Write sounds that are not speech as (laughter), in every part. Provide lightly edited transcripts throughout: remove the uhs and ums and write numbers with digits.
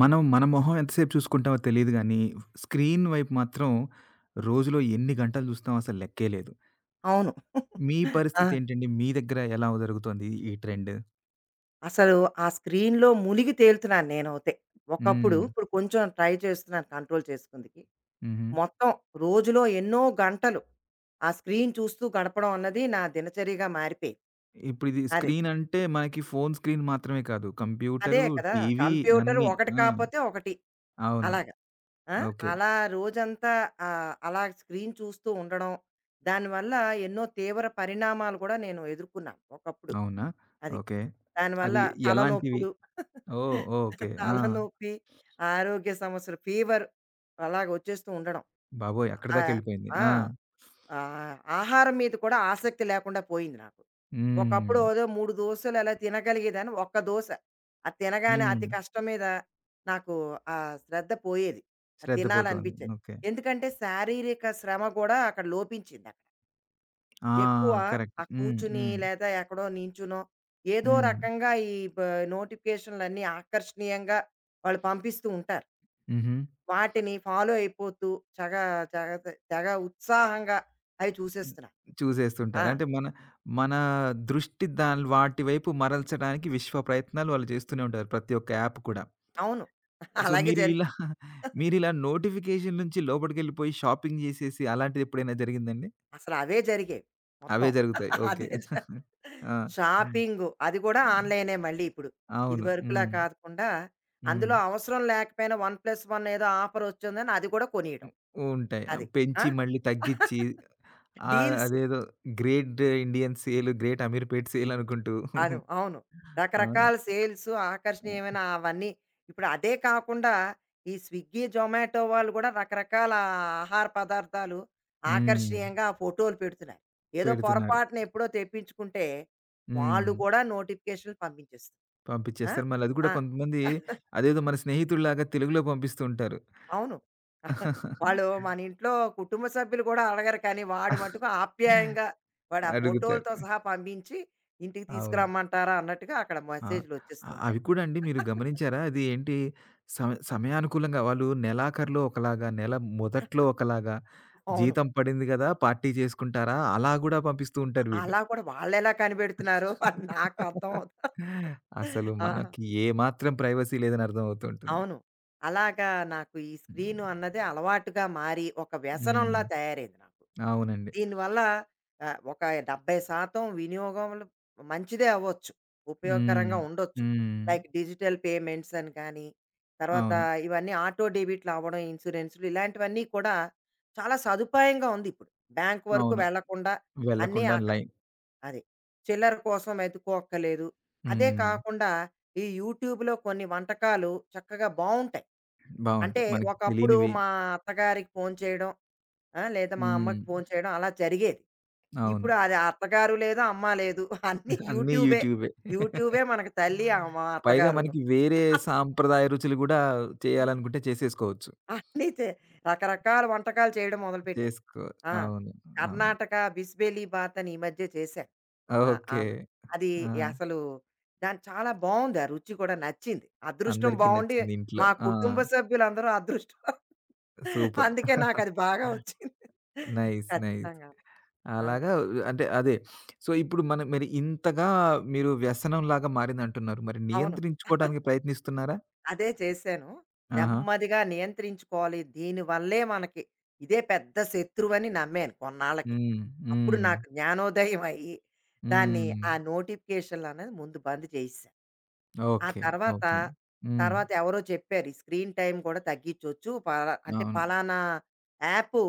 మనం మన మొహం ఎంతసేపు చూసుకుంటామో తెలీదు గానీ, స్క్రీన్ వైపు మాత్రం రోజులో ఎన్ని గంటలు చూస్తామో అసలు లెక్కే లేదు. అవును. మీ ఆ! పరిస్థితేంటండి? మీ దగ్గర ఎలా జరుగుతోంది ఈ ట్రెండ్? అసలు ఆ స్క్రీన్‌లో మునిగి తేలుతున్నాను నేనైతే. ఒకప్పుడు హ్మ్. ఇప్పుడు కొంచెం ట్రై చేస్తున్నాను కంట్రోల్ చేసుకుందికి. హుహు. మొత్తం రోజులో ఎన్నో గంటలు ఆ స్క్రీన్ చూస్తూ గడపడం అన్నది నా దినచర్యగా మారిపోయింది. ఇప్పుడిది అది. స్క్రీన్ అంటే మనకి ఫోను స్క్రీన్ మాత్రమే కాదు. అదే కంప్యూటరు, కదా! టీవీ కంప్యూటర్ అన్నీ. ఒకటి ఆ! కాపోతే ఒకటి అవును. అలాగా. ఆ! ఓకే. అలా రోజంతా అలా స్క్రీన్ చూస్తూ ఉండడం, దానివల్ల ఎన్నో తీవ్ర పరిణామాలు కూడా నేను ఎదుర్కొన్నాను ఒకప్పుడు. అవునా? అది. ఓకే. దానివల్ల అది ఎలాంటివి? తలనొప్పులు, (laughs) ఓహ్! ఓకే. ఆ! తలనొప్పి, ఆరోగ్య సమస్యలు, ఫీవర్ అలాగ వచ్చేస్తూ ఉండడం. బాబోయ్! అక్కడి ఆహ్, దాకెళ్ళిపోయింది. ఆ! ఆ! ఆహారం మీద కూడా ఆసక్తి లేకుండా పోయింది నాకు. హ్మ్. ఒకప్పుడు ఏదో 3 దోసలు అలా తినగలిగేదాన్ని. ఒక్క దోస. అది తినగానే హ్మ్. అతి కష్టం మీద నాకు ఆ శ్రద్ధ పోయేది. అది శ్రద్ధ పోతోంది. తినాలనిపించేది. ఓకే. ఎందుకంటే శారీరక శ్రమ కూడా అక్కడ లోపించింది. ఆ! ఎక్కువ కరెక్ట్. ఆ హ్మ్. కూర్చుని హ్మ్. లేదా ఎక్కడో నించునో ఏదో హ్మ్. రకంగా నోటిఫికేషన్లన్నీ ఆకర్షణీయంగా వాళ్ళు పంపిస్తూ ఉంటారు హుహు. వాటిని ఫాలో అయిపోతూ చగ చగ చగ ఉత్సాహంగా అవి చూసేస్తున్నారు ఆ, చూసేస్తుంటారు. అంటే మన మన దృష్టి దాని వాటి వైపు మరల్చడానికి విశ్వ ప్రయత్నాలు వాళ్ళు చేస్తూనే ఉంటారు. ప్రతి ఒక్క యాప్ కూడా. అవును సో, అలాగే మీరు జరి ఇలా మీరిలా నోటిఫికేషన్ నుంచి లోపటికెళ్ళిపోయి షాపింగ్ చేసేసి అలాంటిది ఎప్పుడైనా జరిగిందండి? అసలు అవే జరిగేవి అవే మొత్తం జరుగుతాయి. ఓకే. అదే ఆ! షాపింగ్ అది కూడా ఆన్లైనే మళ్ళీ ఇప్పుడు ఇది అవును. వరకులా హ్మ్. కాకుండా హ్మ్. అందులో అవసరం లేకపోయినా వన్ ప్లస్ వన్ ఏదో ఆఫర్ వచ్చిందని అది కూడా కొనియడం ఉంటాయి. అది. ఆ! పెంచి మళ్ళీ తగ్గిచ్చి (laughs) ఆహ్, డీల్స్. అదేదో great Indian sale, great Ameerpet sale అనుకుంటూ అది. అవును. ఆ! రకరకాల సేల్స్ ఆ! ఆకర్షణీయమైన అవన్నీ. ఇప్పుడు అదే కాకుండా ఈ స్విగ్గీ, జొమాటో వాళ్ళు కూడా రకరకాల ఆహార పదార్థాలు హ్మ్. ఆకర్షణీయంగా ఫోటోలు పెడుతున్నారు. ఏదో పెడుతున్నారు. పొరపాటున ఎప్పుడో తెప్పించుకుంటే, వాళ్ళు హ్మ్. కూడా నోటిఫికేషన్‌లు పంపించేస్తున్నారు. ఆ! పంపించేస్తారు. మళ్ళది కూడా ఆ! కొంతమంది అదేదో మన స్నేహితుడిలాగా తెలుగులో పంపిస్తూ ఉంటారు. అవును. (laughs) వాళ్ళు మన ఇంట్లో కుటుంబ సభ్యులు కూడా అడగరు కానీ, వాడు మటుకు ఆప్యాయంగా వాడు ఆ అడుగుతారు. ఫోటోలతో సహా పంపించి, "ఇంటికి అవును. తీసుకురమ్మంటారా?" అన్నట్టుగా అక్కడ ఆ! మెసేజ్‌లొచ్చేస్తూ అవి ఉంటాయి. కూడా అండి మీరు (laughs) గమనించారా? అది ఏంటి సమయానుకూలంగా వాళ్ళు నెలాఖరులో ఒకలాగా, నెల మొదట్లో ఒకలాగా, అవును. జీతం పడింది గదా! పార్టీ చేసుకుంటారా? అలా గూడా పంపిస్తూ ఉంటారు వీళ్ళు. అలా కూడా వాళ్ళెలా కనిపెడుతున్నారో అని నాకు అర్థం అవుత అసలు ఆహా! మనకి ఏ మాత్రం ప్రైవసీ లేదని అర్థమవుతూ ఉంటుంది. అవును. అలాగా నాకు ఈ హ్మ్. స్క్రీను అన్నది అలవాటుగా మారి, ఒక వ్యసనంలా హ్మ్. తయారైంది నాకు. అవునండి. దీనివల్ల ఒక 70% వినియోగంలో మంచిదే అవ్వచ్చు. హ్మ్. ఉపయోగకరంగా ఉండొచ్చు. హ్మ్. లైక్ డిజిటల్ పేమెంట్స్ అని కానీ, తర్వాత అవును. ఇవన్నీ ఆటో డెబిట్లు అవ్వడం, ఇన్సూరెన్స్‌లు ఇలాంటివన్నీ కూడా చాలా సదుపాయంగా ఉంది ఇప్పుడు. బ్యాంక్ వరకు అవును. వెళ్ళకుండా అన్నీ వెళ్ళకుండా అక్కడ. లైన్ అది. చిల్లర కోసం వెతుక్కోక్కర్లేదు. అదే హ్మ్. కాకుండా ఈ యూట్యూబ్‌లో కొన్ని వంటకాలు చక్కగా బావుంటాయి. అంటే బావుంటాయి. మనకి ఒకప్పుడు తెలియనివి మా అత్తగారికి ఫోను చేయడం, ఆ! లేదా మా హ్మ్. అమ్మకి ఫోను చేయడం అలా జరిగేది. అవును. ఇప్పుడు అది అత్తగారు లేదు, అమ్మ లేదు. (laughs) అన్నీ అన్నీ యూట్యూబే. యూట్యూబే. యూట్యూబే మనకు తల్లి, ఆ మా పైగా అత్తగారును. మనకి వేరే (laughs) సాంప్రదాయ రుచులు గూడా చేయాలనుకుంటే చేసేసుకోవచ్చు. అన్నీ తె రకరకాల వంటకాలు చేయడం మొదలుపెట్టాను. చేసుకో ఆ! అవును. అవును. కర్ణాటక బిస్బెలి బాత్ అని ఈ మధ్య చేశాను. ఆ! ఓకే. ఆమె. అది ఆ! అసలు దాని చాలా బావుంది. ఆ రుచి కూడా నచ్చింది. అదృష్టం అందరికీ బావుండి, నచ్చింది ఇంట్లో. మా ఆ! కుటుంబ సభ్యులందరూ అదృష్టం (laughs) సూపర్. అందుకే నాకది బాగా వచ్చింది. నైస్. నైస్. ఖచ్చితంగాను. ఆ! అలాగా అంటే అదే. సో, ఇప్పుడు మనం మరి ఇంతగా మీరు వ్యసనంలాగా మారిందంటున్నారు. మరి అవును. నియంత్రించుకోవడానికి ప్రయత్నిస్తున్నారా? అదే చేశాను. ఆహా! నెమ్మదిగా నియంత్రించుకోవాలి. దీనివల్లే మనకి ఇదే పెద్ద శత్రువని నమ్మాను కొన్నాళ్ళకి. హ్మ్. అప్పుడు హ్మ్. నాకు జ్ఞానోదయం అయ్యి, దాన్ని హ్మ్. ఆ నోటిఫికేషన్‌లనేది ముందు బంద్ చేసేశా. ఆ ఓకే. తర్వాత, ఓకే. హ్మ్. తర్వాత ఎవరో చెప్పారు. ఈ స్క్రీన్ టైమ్ కూడా తగ్గించొచ్చు. పలా అంటే అవును. పలానా యాపు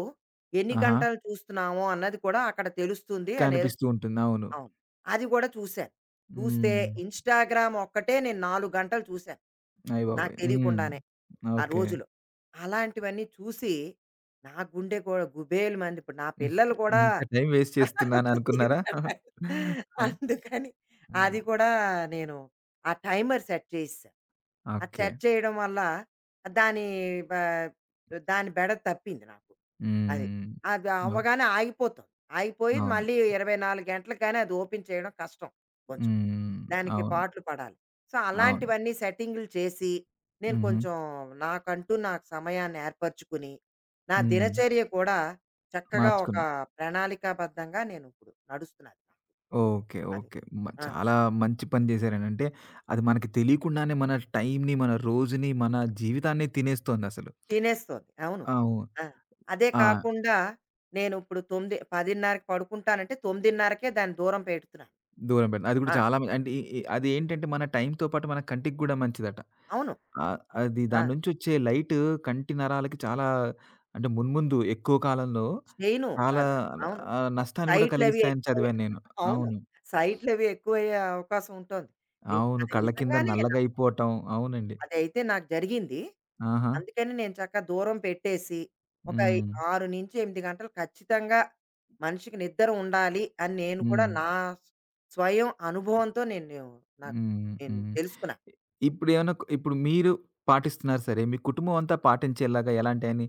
ఎన్ని ఆహా! గంటలు చూస్తున్నాము అన్నది కూడా అక్కడ తెలుస్తుంది అనేదో కనిపిస్తూ ఉంటుంది. అవును. అవును. అది కూడా చూశాను. చూస్తే హ్మ్. ఇన్‌స్టాగ్రామ్ ఒక్కటే నేను 4 గంటలు చూశాను నాకు అయ్యబాబోయ్! హ్మ్. తెలియకుండానే. ఆ ఓకే. రోజులో. అలాంటివన్నీ చూసి నా గుండె కూడా గుబేలమంది. ఇప్పుడు నా ఉహ్, పిల్లలు కూడా ఇంత టైం వేస్ట్ చేస్తున్నాను (laughs) అనుకున్నారా? ఆ! ఇంతలాగ. అందుకని ఆ! అది కూడా నేను ఆ టైమర్ సెట్ చేసేసాను. ఆ ఓకే. సెట్ చేయడం వల్ల దాని బ దాని బెడ తప్పింది నాకు. అది. హ్మ్. అది ఓహ్! అవ్వగానే ఆగిపోతుంది. ఆగిపోయి అవును. మళ్ళీ 24 గంటలకైనా అది ఓపెన్ చేయడం కష్టం కొంచెం. హ్మ్. దానికి అవును. పాట్లు పడాలి. సో, అవును. అలాంటివన్నీ సెట్టింగులు చేసి, నేను హుహు. కొంచెం నాకంటూ నాకు సమయాన్ని ఏర్పరచుకుని, నా హ్మ్. దినచర్య కూడా చక్కగా ఒక మార్చుకున్నా. ప్రణాళికాబద్ధంగా నేను ఇప్పుడు నడుస్తున్నది ఓకే. అది. ఓకే. మ ఆ! చాలా మంచి పని చేశారండి. అంటే అది మనకి తెలియకుండానే మన టైమ్‌ని, మన రోజుని, మన జీవితాన్నే తినేస్తోందసలు. తినేస్తోంది. అవును. అవును. ఆ! అదే ఆ! కాకుండా నేను ఇప్పుడు 9 10:30కి పడుకుంటానంటే 9:30కే దాన్ని దూరం పెడుతున్నాను. దూరం పెడుతుంది. అది కూడా ఆ! చాలా మ అంటే ఇ ఇ అదేంటంటే మన టైమ్‌తో పాటు మన కంటికి గూడా మంచిదట. అవును. ఆహ్, అది ఆ! దాని నుంచి వచ్చే లైట్ కంటి నరాలకి చాలా అంటే మున్ముందు ఎక్కువ కాలంలో స్టెయిను చాలా అద అవును. ఆహ్, నష్టాన్ని గూడా సైట్‌లవి కలిగిస్తాయని ఎక్కువయ్యే చదివాను నేను. అవును. అవును. సైట్‌లవి ఎక్కువయ్యే అవకాశం ఉంటోంది. ని అవును. అది కళ్ళ కింద నిజంగానే నల్లగా నా అయిపోవటం. అవునండి. అదైతే నాకు జరిగింది. ఆహా! అందుకని నేను చక్కగా దూరం పెట్టేసి, ఒక హ్మ్. 6-8 గంటలు ఖచ్చితంగా మనిషికి నిద్ర ఉండాలి అని నేను కూడా హ్మ్. నా స్వయం అనుభవంతో నాకు హ్మ్. నేను హ్మ్. తెలుసుకున్నా. ఇ ఇప్పుడేమన్నా క్ ఇప్పుడు మీరు పాటిస్తున్నారు సరే, మీ కుటుంబం అంతా పాటించేలాగా ఎలాంటైని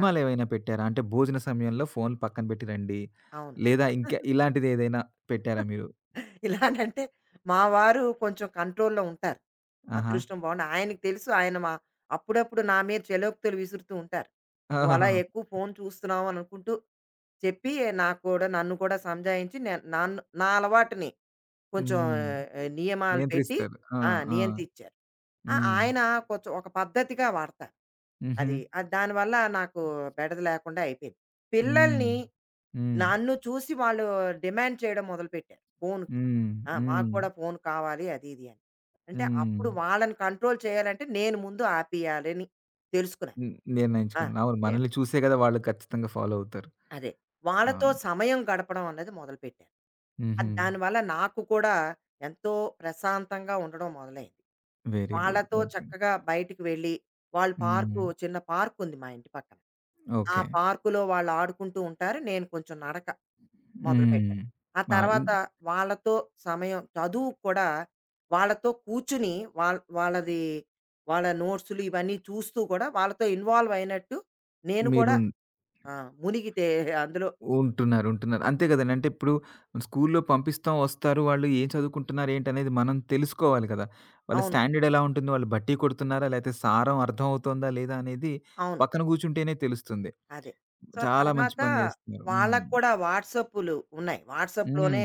ఆ! పెట్టారా? అంటే భోజన సమయంలో ఫోన్‌లు పక్కన పెట్టి రండి. అవును. లేదా ఇంకా ఇలాంటిదేదైనా పెట్టారా మీరు? (laughs) ఇలానంటే మా వారు కొంచెం కంట్రోల్‌లో ఉంటారు. ఆహా! అదృష్టం బావుండి ఆయనకి తెలుసు ఆయన మా అప్పుడప్పుడు నా మీద చెలోక్తులు విసురుతూ ఉంటారు. (laughs) "నువ్వు అలా ఓహోహోహో! ఎక్కువ ఫోను చూస్తున్నావు" అని అనుకుంటూ చెప్పి నాకు కూడా నన్ను కూడా సంజాయించి నే నన్ను నా అలవాటుని కొంచెం హ్మ్. నియమాలు పెట్టి నియంత్రిస్తారు. ఆ! ఆ! ఆ! నియంత్రించారు. ఆ! హ్మ్. ఆయన కొంచెం ఒక పద్ధతిగా వాడతారు. హుహు. అది. అది దానివల్ల నాకు బెడద లేకుండా అయిపోయింది. హ్మ్. పిల్లల్ని హ్మ్. నన్ను చూసి వాళ్ళు డిమాండ్ చేయడం మొదలుపెట్టారు ఫోనుకి. హ్మ్. ఆ! "మాకు హ్మ్. కూడా ఫోను కావాలి" అది ఇది అని. అంటే హ్మ్. అప్పుడు వాళ్ళని కంట్రోల్ చేయాలంటే నేను ముందు ఆపేయాలని తెలుసుకున్నాను. హ్మ్. ఆ! నిర్ణయించుకున్నారు. అవును. నేను మనల్ని చూసే కదా! వాళ్ళు ఖచ్చితంగా ఫాలో అవుతారు. అదే. వాళ్ళతో అవును. సమయం గడపడం అన్నది మొదలుపెట్టాను. హుహు. అది దానివల్ల నాకు కూడా ఎంతో ప్రశాంతంగా ఉండడం మొదలైంది. Very good. వాళ్ళతో ఓకే. చక్కగా బయటికి వెళ్ళి, వాళ్ళు పార్కు హ్మ్. చిన్న పార్కుంది మా ఇంటి పక్కన. ఆ ఓకే. పార్కులో వాళ్ళు ఆడుకుంటూ ఉంటారు. నేను కొంచెం నడక హ్మ్. మొదలుపెట్టాను. ఆ ఆ! ఇన్ తర్వాత వాళ్ళతో సమయం చదువు కూడా వాళ్ళతో కూర్చుని వాళ్ళది వాళ్ళ నోట్స్‌లు ఇవన్నీ చూస్తూ కూడా వాళ్ళతో ఇన్వాల్వ్ అయినట్టు నేను మీరు కూడా ఆ! మునిగితే అందులో ఉంటున్నారు. ఉంటున్నారు. అంతే కదండీ. అంటే ఇప్పుడు స్కూల్లో పంపిస్తాం, వస్తారు. వాళ్ళు ఏం చదువుకుంటున్నారు, ఏంటనేది మనం తెలుసుకోవాలి కదా! వాళ్ళ అవును. స్టాండర్డ్ ఎలా ఉంటుంది? వాళ్ళు బట్టి కొడుతున్నారా? లేతే సారం అర్థం అవుతోందా లేదా? అనేది అవును. పక్కన కూర్చుంటేనే తెలుస్తుంది. అదే. సో, చాలా మంచి తర్వాత పని చేస్తున్నారు. హ్మ్. వాళ్ళకి కూడా వాట్సాప్పులు ఉన్నాయి. హ్మ్. వాట్సాప్‌లోనే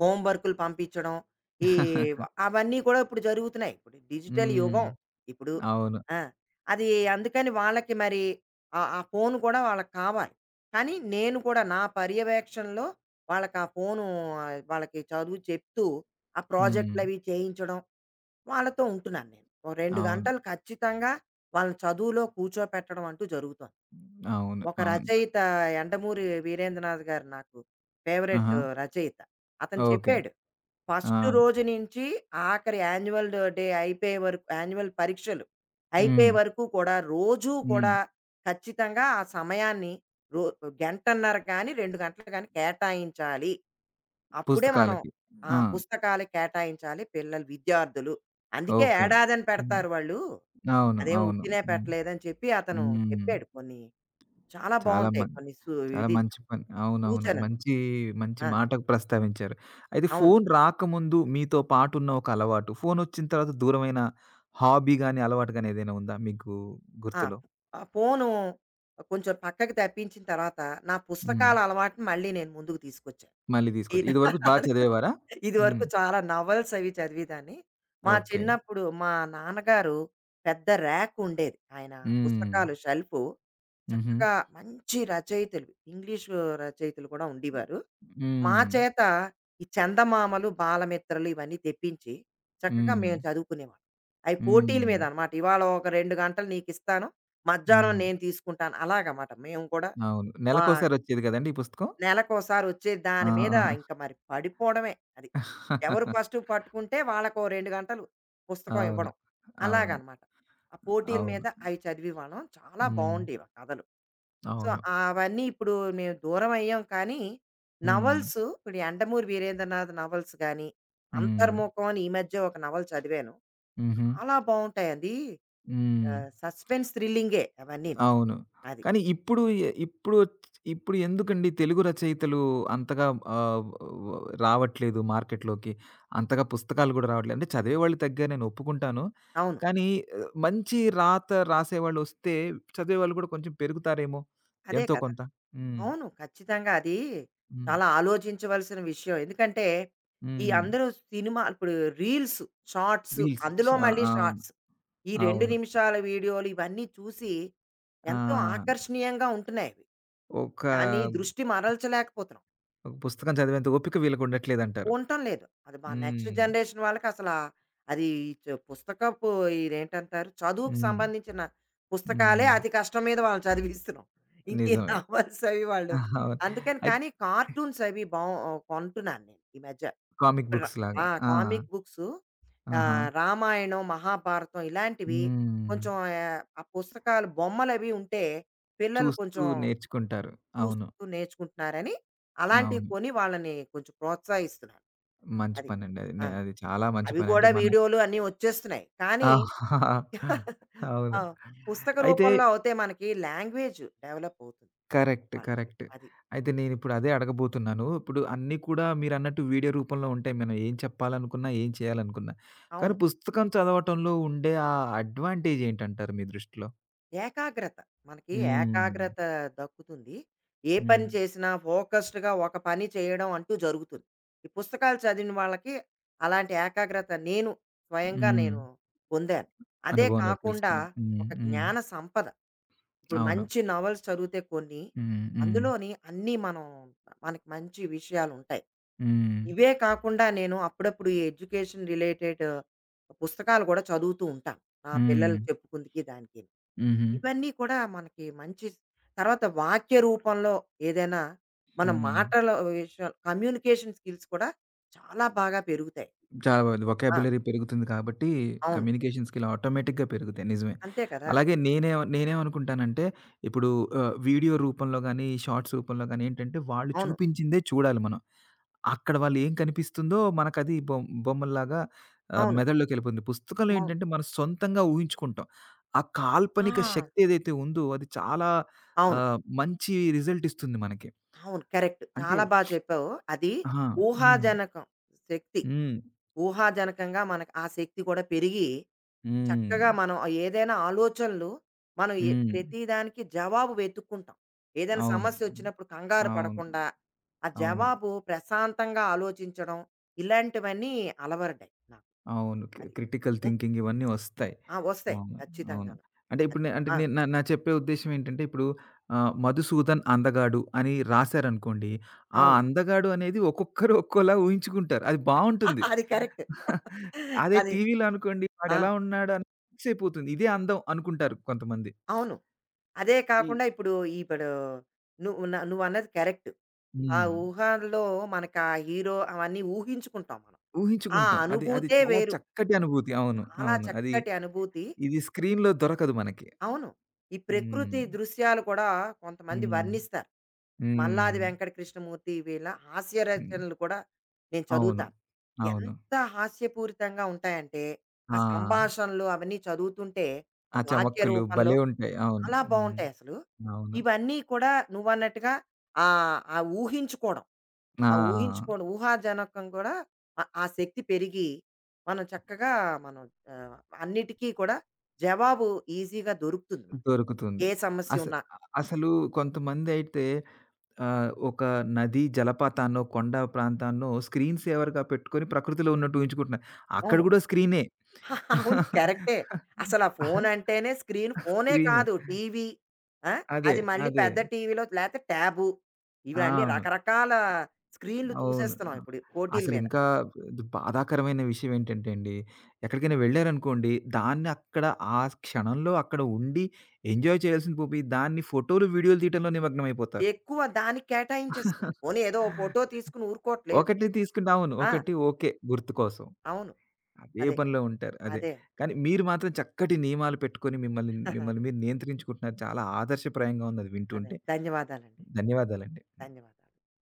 హోమ్ వర్కులు పంపించడం. ఈ (laughs) అవన్నీ కూడా ఇప్పుడు జరుగుతున్నాయి. ఇప్పుడు డిజిటల్ హ్మ్. యుగం ఇప్పుడు. అవును. ఆ! అది అందుకని వాళ్ళకి మరి ఆ ఆ ఫోను కూడా వాళ్ళకి కావాలి. కానీ నేను కూడా నా పర్యవేక్షణలో వాళ్ళకి ఆ ఫోను వాళ్ళకి చదువు చెప్తూ, ఆ హ్మ్. ప్రాజెక్ట్‌లవి చేయించడం, వాళ్ళతో ఉంటున్నాను నేను. ఓ 2 అవును. గంటలు ఖచ్చితంగా వాళ్ళని చదువులో కూర్చోపెట్టడం అంటూ జరుగుతోంది. అవును. ఒక అవును. రచయిత యండమూరి వీరేంద్రనాథ్ గారు నాకు ఫేవరెట్ ఆహా! రచయిత. అతను ఓకే. చెప్పాడు. ఆ! ఫస్ట్ రోజు నుంచి ఆఖరి యాన్యువల్ డే అయిపోయే వరకు యాన్యువల్ పరీక్షలు అయిపోయే హ్మ్. వరకు కూడా రోజూ హ్మ్. కూడా ఖచ్చితంగా ఆ సమయాన్ని రో గంటన్నర కానీ, 2 గంటలు కానీ కేటాయించాలి. అప్పుడే మనం పుస్తకాలకి. ఆ! ఆ! పుస్తకాలకి కేటాయించాలి పిల్లలు, విద్యార్థులు. అందుకే ఓకే. ఏడాదని హ్మ్. పెడతారు వాళ్ళు. అవును. అదేం అవును. ఉట్టినే హ్మ్. పెట్టలేదని చెప్పి అతను హ్మ్. చెప్పాడు కొన్ని. చాలా చాలా బావుంటాయి మం కొన్ని సు చాలా ఇది మంచి పని. అవునవును. సూచనలు. మంచి, మంచి ఆ! మాట ప్రస్తావించారు. అయితే అవును. ఫోను రాకముందు మీతో పాటున్న ఒక అలవాటు, ఫోనొచ్చిన తర్వాత దూరమైన హాబీ గాని, అలవాటు గాని ఏదైనా ఉందా మీకు ఆ! గుర్తులో? ఆ ఫోను కొంచెం పక్కకి తప్పించిన తర్వాత, నా హ్మ్. పుస్తకాల అలవాటుని మళ్ళీ నేను ముందుకు తీసుకొచ్చాను. మళ్ళీ ఈ తీసుకొచ్చి ఇదివరకు బా అదే చదివేవారా? హ్మ్. ఇదివరకు (laughs) చాలా నవల్స్ అవి చదివేదాన్ని. మా ఓకే. చిన్నప్పుడు మా నాన్నగారు పెద్ద ర్యాక్ ఉండేది. ఆయన హ్మ్. పుస్తకాలు షెల్ఫు హుహు. చక్కగా మంచి రచయితలు ఇంగ్లీషు రచయితలు కూడా ఉండేవారు. మా హ్మ్. చేత ఈ చందమామలు, బాలమిత్రలు ఇవన్నీ తెప్పించి చక్కగా హ్మ్. మేము చదువుకునేవాళ్ళం. అవి పోటీల హ్మ్. మీద అనమాట. ఇవాళ ఒక 2 గంటలు నీకిస్తాను. మధ్యాహ్నం హ్మ్. నేను తీసుకుంటాను. అలాగమాట మేము కూడా అవును. మా నెలకోసారొచ్చేది గదండీ ఈ పుస్తకం? నెలకోసారి వచ్చే దాని మీద ఆ! ఇంక మరి పడిపోవడమే అది. ఎవరు (laughs) ఫస్టు పట్టుకుంటే వాళ్ళకో 2 గంటలు పుస్తకం అవును. ఇవ్వడం. అవును. అలాగనమాట. ఆ పోటీల అవును. మీద అవి చదివేవాళ్ళం. చాలా హ్మ్. బావుండేవి ఆ కథలు. సో, అవును. అవన్నీ ఇప్పుడు మేము దూరమయ్యాం కానీ, హ్మ్. నవల్సు ఇప్పుడు 'యండమూరి వీరేంద్రనాథ్' నవల్స్ గాని, హ్మ్. 'అంతర్ముఖం' అని ఈ మధ్య ఒక నవల చదివాను. హుహు. చాలా బావుంటాయండి. హ్మ్. సస్పెన్స్ థ్రిల్లింగే అవన్నీను. అవును. అది. కానీ ఇప్పుడు ఎ ఇప్పుడు ఇప్పుడు ఎందుకండి తెలుగు రచయితలు అంతగా ఆహ్, వ రావట్లేదు మార్కెట్‌లోకి? అంతగా పుస్తకాలు గూడా రావట్లేదు. అంటే చదివేవాళ్ళు తగ్గారు నేను ఒప్పుకుంటాను. అవును. కానీ ఆహ్, మంచి రాత రాసేవాళ్ళొస్తే చదివేవాళ్ళు గూడా కొంచెం పెరుగుతారేమో అదే ఎంతో కదా! కొంత. హ్మ్. అవును. ఖచ్చితంగా. అది హ్మ్. చాలా ఆలోచించవలసిన విషయం. ఎందుకంటే, ఈ హ్మ్. అందరూ సినిమా ఇప్పుడు రీల్స్, షార్ట్స్ రీల్స్. అందులో షా మళ్ళీ అవును. షార్ట్స్. ఈ 2 అవును. నిమిషాల వీడియోలు ఇవన్నీ చూసి ఎంతో ఆ! ఆకర్షణీయంగా ఉంటున్నాయి అవి. ఒక దాన్ని దృష్టి మరల్చలేకపోతున్నాం. ఒక పుస్తకం చదివేంత ఓపిక వీళ్ళకుండట్లేదంటారు. ఉండటం లేదు. అది మా నెక్స్ట్ హ్మ్. జనరేషన్ వాళ్ళకి అసలా అది పుస్తకపు ఇదేంటంటారు, చదువుకు హ్మ్. సంబంధించిన పుస్తకాలే హ్మ్. అతి కష్టం మీద వాళ్ళని చదివిస్తున్నాం. ఇంకే నిజమే. నావల్స్ (laughs) అవి వాళ్ళు అవును. అందుకని అయి కానీ కార్టూన్స్ అవి బా కొంటున్నాను నేను ఈ మధ్య. కామిక్ ర బుక్స్ ఆ! లాగా. ఆ! కామిక్ బుక్సు ఆహా! రామాయణం, మహాభారతం ఇలాంటివి హ్మ్. కొంచెం ఆ పుస్తకాలు బొమ్మలవి ఉంటే పిల్లలు చూస్తూ కొంచెం నేర్చుకుంటారు. అవును. చూస్తూ నేర్చుకుంటున్నారని, అలాంటివి అవును. కొని వాళ్ళని కొంచెం ప్రోత్సహిస్తున్నాను. మంచి అది. పనండి అది. ఆ! నే అది చాలా మంచి అవి పని. అంటే కూడా మన వీడియోలు అన్నీ వచ్చేస్తున్నాయి. కానీ ఆ! (laughs) ఆ! అవును. పుస్తక అయితే రూపంలో అవుతే మనకి లాంగ్వేజ్ డెవలప్ అవుతుంది కరెక్ట్. వాళ్ళకి. కరెక్ట్. అది. అయితే నేనిప్పుడు అదే అడగబోతున్నాను. ఇప్పుడు అన్నీ కూడా మీరన్నట్టు వీడియో రూపంలో ఉంటాయి. మనం ఏం చెప్పాలనుకున్నా, ఏం చేయాలనుకున్నా. కానీ అవును. పుస్తకం చదవటంలో ఉండే ఆ అడ్వాంటేజ్ ఏంటంటారు మీ దృష్టిలో? ఏకాగ్రత. మనకి హ్మ్. ఏకాగ్రత దక్కుతుంది. ఏ పని హ్మ్. చేసినా ఫోకస్డ్‌గా ఒక పని చేయడం అంటూ జరుగుతుంది. ఈ పుస్తకాలు చదివిన వాళ్ళకి అలాంటి ఏకాగ్రత నేను స్వయంగా హ్మ్. నేను పొందాను. అదే అనుభవంలో కాకుండా తెలుసుకున్నారు. హ్మ్. ఒక హ్మ్. జ్ఞాన సంపద. ఇప్పుడు అవును. మంచి నవల్స్ చదివితే కొన్ని, హ్మ్. హ్మ్. అందులోని అన్నీ మనం మనకి మంచి విషయాలుంటాయి. హ్మ్. ఇవే కాకుండా నేను అప్పుడప్పుడు ఈ ఎడ్యుకేషన్ రిలేటెడ్ పుస్తకాలు కూడా చదువుతూ ఉంటాను. నా హ్మ్. పిల్లలకి చెప్పుకుందికి దానికి. హుహు. ఇవన్నీ కూడా మనకి మంచి తర్వాత వాక్య రూపంలో ఏదైనా మన హ్మ్. మాటల విషయం కమ్యూనికేషన్ స్కిల్స్ కూడా చాలా బాగా పెరుగుతాయి. చాలా బాగుంది. ఆ! వొకాబ్యులరీ పెరుగుతుంది కాబట్టి, అవును. కమ్యూనికేషన్ స్కిల్ ఆటోమేటిక్‌గా పెరుగుతాయి. నిజమే. అంతే కదా! అలాగే నేనేమనుకుంటానంటే, ఇప్పుడు ఆహ్, వీడియో రూపంలో గాని, షార్ట్స్ రూపంలో గాని ఏంటంటే, వాళ్ళు అవును. చూపించిందే చూడాలి మనం. అక్కడ వాళ్ళు ఏం కనిపిస్తుందో మనకది బొమ్ బొమ్మల్లాగా ఆహ్, అవును. మెదడులోకెళ్ళిపోతుంది. పుస్తకాలు అవును. ఏంటంటే, మనం సొంతంగా ఊహించుకుంటాం. ఆ ఆ! కాల్పనిక అది. శక్తి ఏదైతే ఉందో, అది చాలా అవును. ఆహ్, మంచి రిజల్ట్ ఇస్తుంది మనకి. అవును. కరెక్ట్. అంటే చాలా బా చెప్పావు. అది ఆ! హ్మ్. ఊహాజనకం శక్తి. హ్మ్. ఊహాజనకంగా మనకు ఆ శక్తి కూడా పెరిగి హ్మ్. చక్కగా మనం ఆ ఏదైనా ఆలోచనలు మనం హ్మ్. ప్రతిదానికి జవాబు వెతుక్కుంటాం ఏదైనా అవును. సమస్య వచ్చినప్పుడు కంగారు అవును. పడకుండా ఆ అవును. జవాబు ప్రశాంతంగా ఆలోచించడం ఇలాంటివన్నీ అలవరడాయి నాకు అవును. క్రి అది క్రిటికల్ ఉ, థింకింగ్ ఇవన్నీ వస్తాయి. వస్తాయి అవును. అవును. ఖచ్చితంగా అంటే ఇప్పుడు అది నే అంటే ఆ, నేను నా నా చెప్పే ఉద్దేశ్యం ఏంటంటే ఇప్పుడు ఆహ్, 'మధుసూదన్ అందగాడు' అని రాసారనుకోండి. ఆ అవును అందగాడు అనేది ఒక్కొక్కరు ఒక్కోలా ఊహించుకుంటారు. అది బావుంటుంది. (laughs) అది కరెక్ట్ (laughs) అదే అది టీవీలో అనుకోండి ఆ, వాడెలా ఉన్నాడు అని ఫిక్స్ అయిపోతుంది. ఇదే అందం అనుకుంటారు కొంతమంది. అవును అదే ఈ కాకుండా ఇప్పుడు ఇప్పుడు నువ్వు నువ్వు అన్నది కరెక్ట్ ఆ హ్మ్. ఊహలో మనకు ఆ హీరో అవన్నీ ఊహించుకుంటాం మనం ఆ ఊహించుకుంటాం. అది అది అనుభూతే చాలా వేరు చక్కటి అనుభూతి. అవును. చాలా అవును. అది చక్కటి అనుభూతి. ఇది స్క్రీన్‌లో దొరకదు మనకి. అవును. ఈ హ్మ్. ప్రకృతి దృశ్యాలు కూడా కొంతమంది హ్మ్. వర్ణిస్తారు. మల్లాది హ్మ్. వెంకట కృష్ణమూర్తి వీళ్ళ హాస్య హ్మ్. రచనలు కూడా నేను అవును. చదువుతాను. అవును. ఎంత హాస్యపూరితంగా ఉంటాయంటే, ఆ ఆ! సంభాషణలు అవన్నీ చదువుతుంటే, ఆ ఆ వాక్య చమక్కులు రూపంలో భలే ఉంటాయి. అవును. చాలా హ్మ్. బావుంటాయసలు. అవును. ఇవన్నీ కూడా నువ్వన్నట్టుగా ఆ ఊహించుకోవడం. ఆ ఆ! ఊహించుకోవడం ఊహాజనకం కూడా ఆ ఆ శక్తి పెరిగి మనం చక్కగా మనం ఆ, అన్నిటికీ కూడా జవాబు ఈజీగా దొరుకుతుంది మనకి దొరుకుతుంది. ఏ సమస్య అసలు ఉన్నా అసలు కొంతమందైతే ఆహ్, ఒక నది జలపాతాన్నో, కొండ ప్రాంతాన్నో స్క్రీన్ సేవర్‌గా పెట్టుకొని ప్రకృతిలో ఉన్నట్టు ఊహించుకుంటున్నారు. అక్కడ అవును గూడా స్క్రీనే. (laughs) అవును కరెక్టే అసలు ఆ ఫోన్ (laughs) అంటేనే స్క్రీన్ ఫోనే స్క్రీన్. కాదు టీవీ అదే. అది మళ్ళీ అదే. పెద్ద టీవీలో లేకపోతే ట్యాబు ఆ! ఇవి అన్ని అవును. రకరకాల స్క్రీన్లు అవును. ఆ! చూసేస్తున్నాం ఇప్పుడు పోటీల మీద అసలింకా దు బాధాకరమైన విషయం ఏంటంటే అండి, ఎక్కడికైనా వెళ్లారనుకోండి, దాన్ని అక్కడ ఆ క్షణంలో అక్కడ ఉండి ఎంజాయ్ చేయాల్సింది పోయి, దాన్ని ఫోటోలు, వీడియోలు తీయటంలో నిమగ్నమైపోతారు. ఎక్కువ దానికి కేటాయించేస్తున్నారు పోనీ ఏదో ఓ ఫోటో తీసుకుని ఊరుకోవట్లేదు ఒకటి తీసుకుంటే అవును. ఆ, ఒకటి ఓకే. గుర్తు కోసం. అవును అదే అదే పనిలో ఉంటారు. అదే. అదే కానీ మీరు మాత్రం చక్కటి నియమాలు పెట్టుకొని మిమ్మల్ని మిమ్మల్ని (laughs) మీరు నియంత్రించుకుంటున్నారు. చాలా ఆదర్శప్రాయంగా ఉందది అదే. వింటుంటే. ధన్యవాదాలండి. ధన్యవాదాలండి. ధన్యవాదాలు.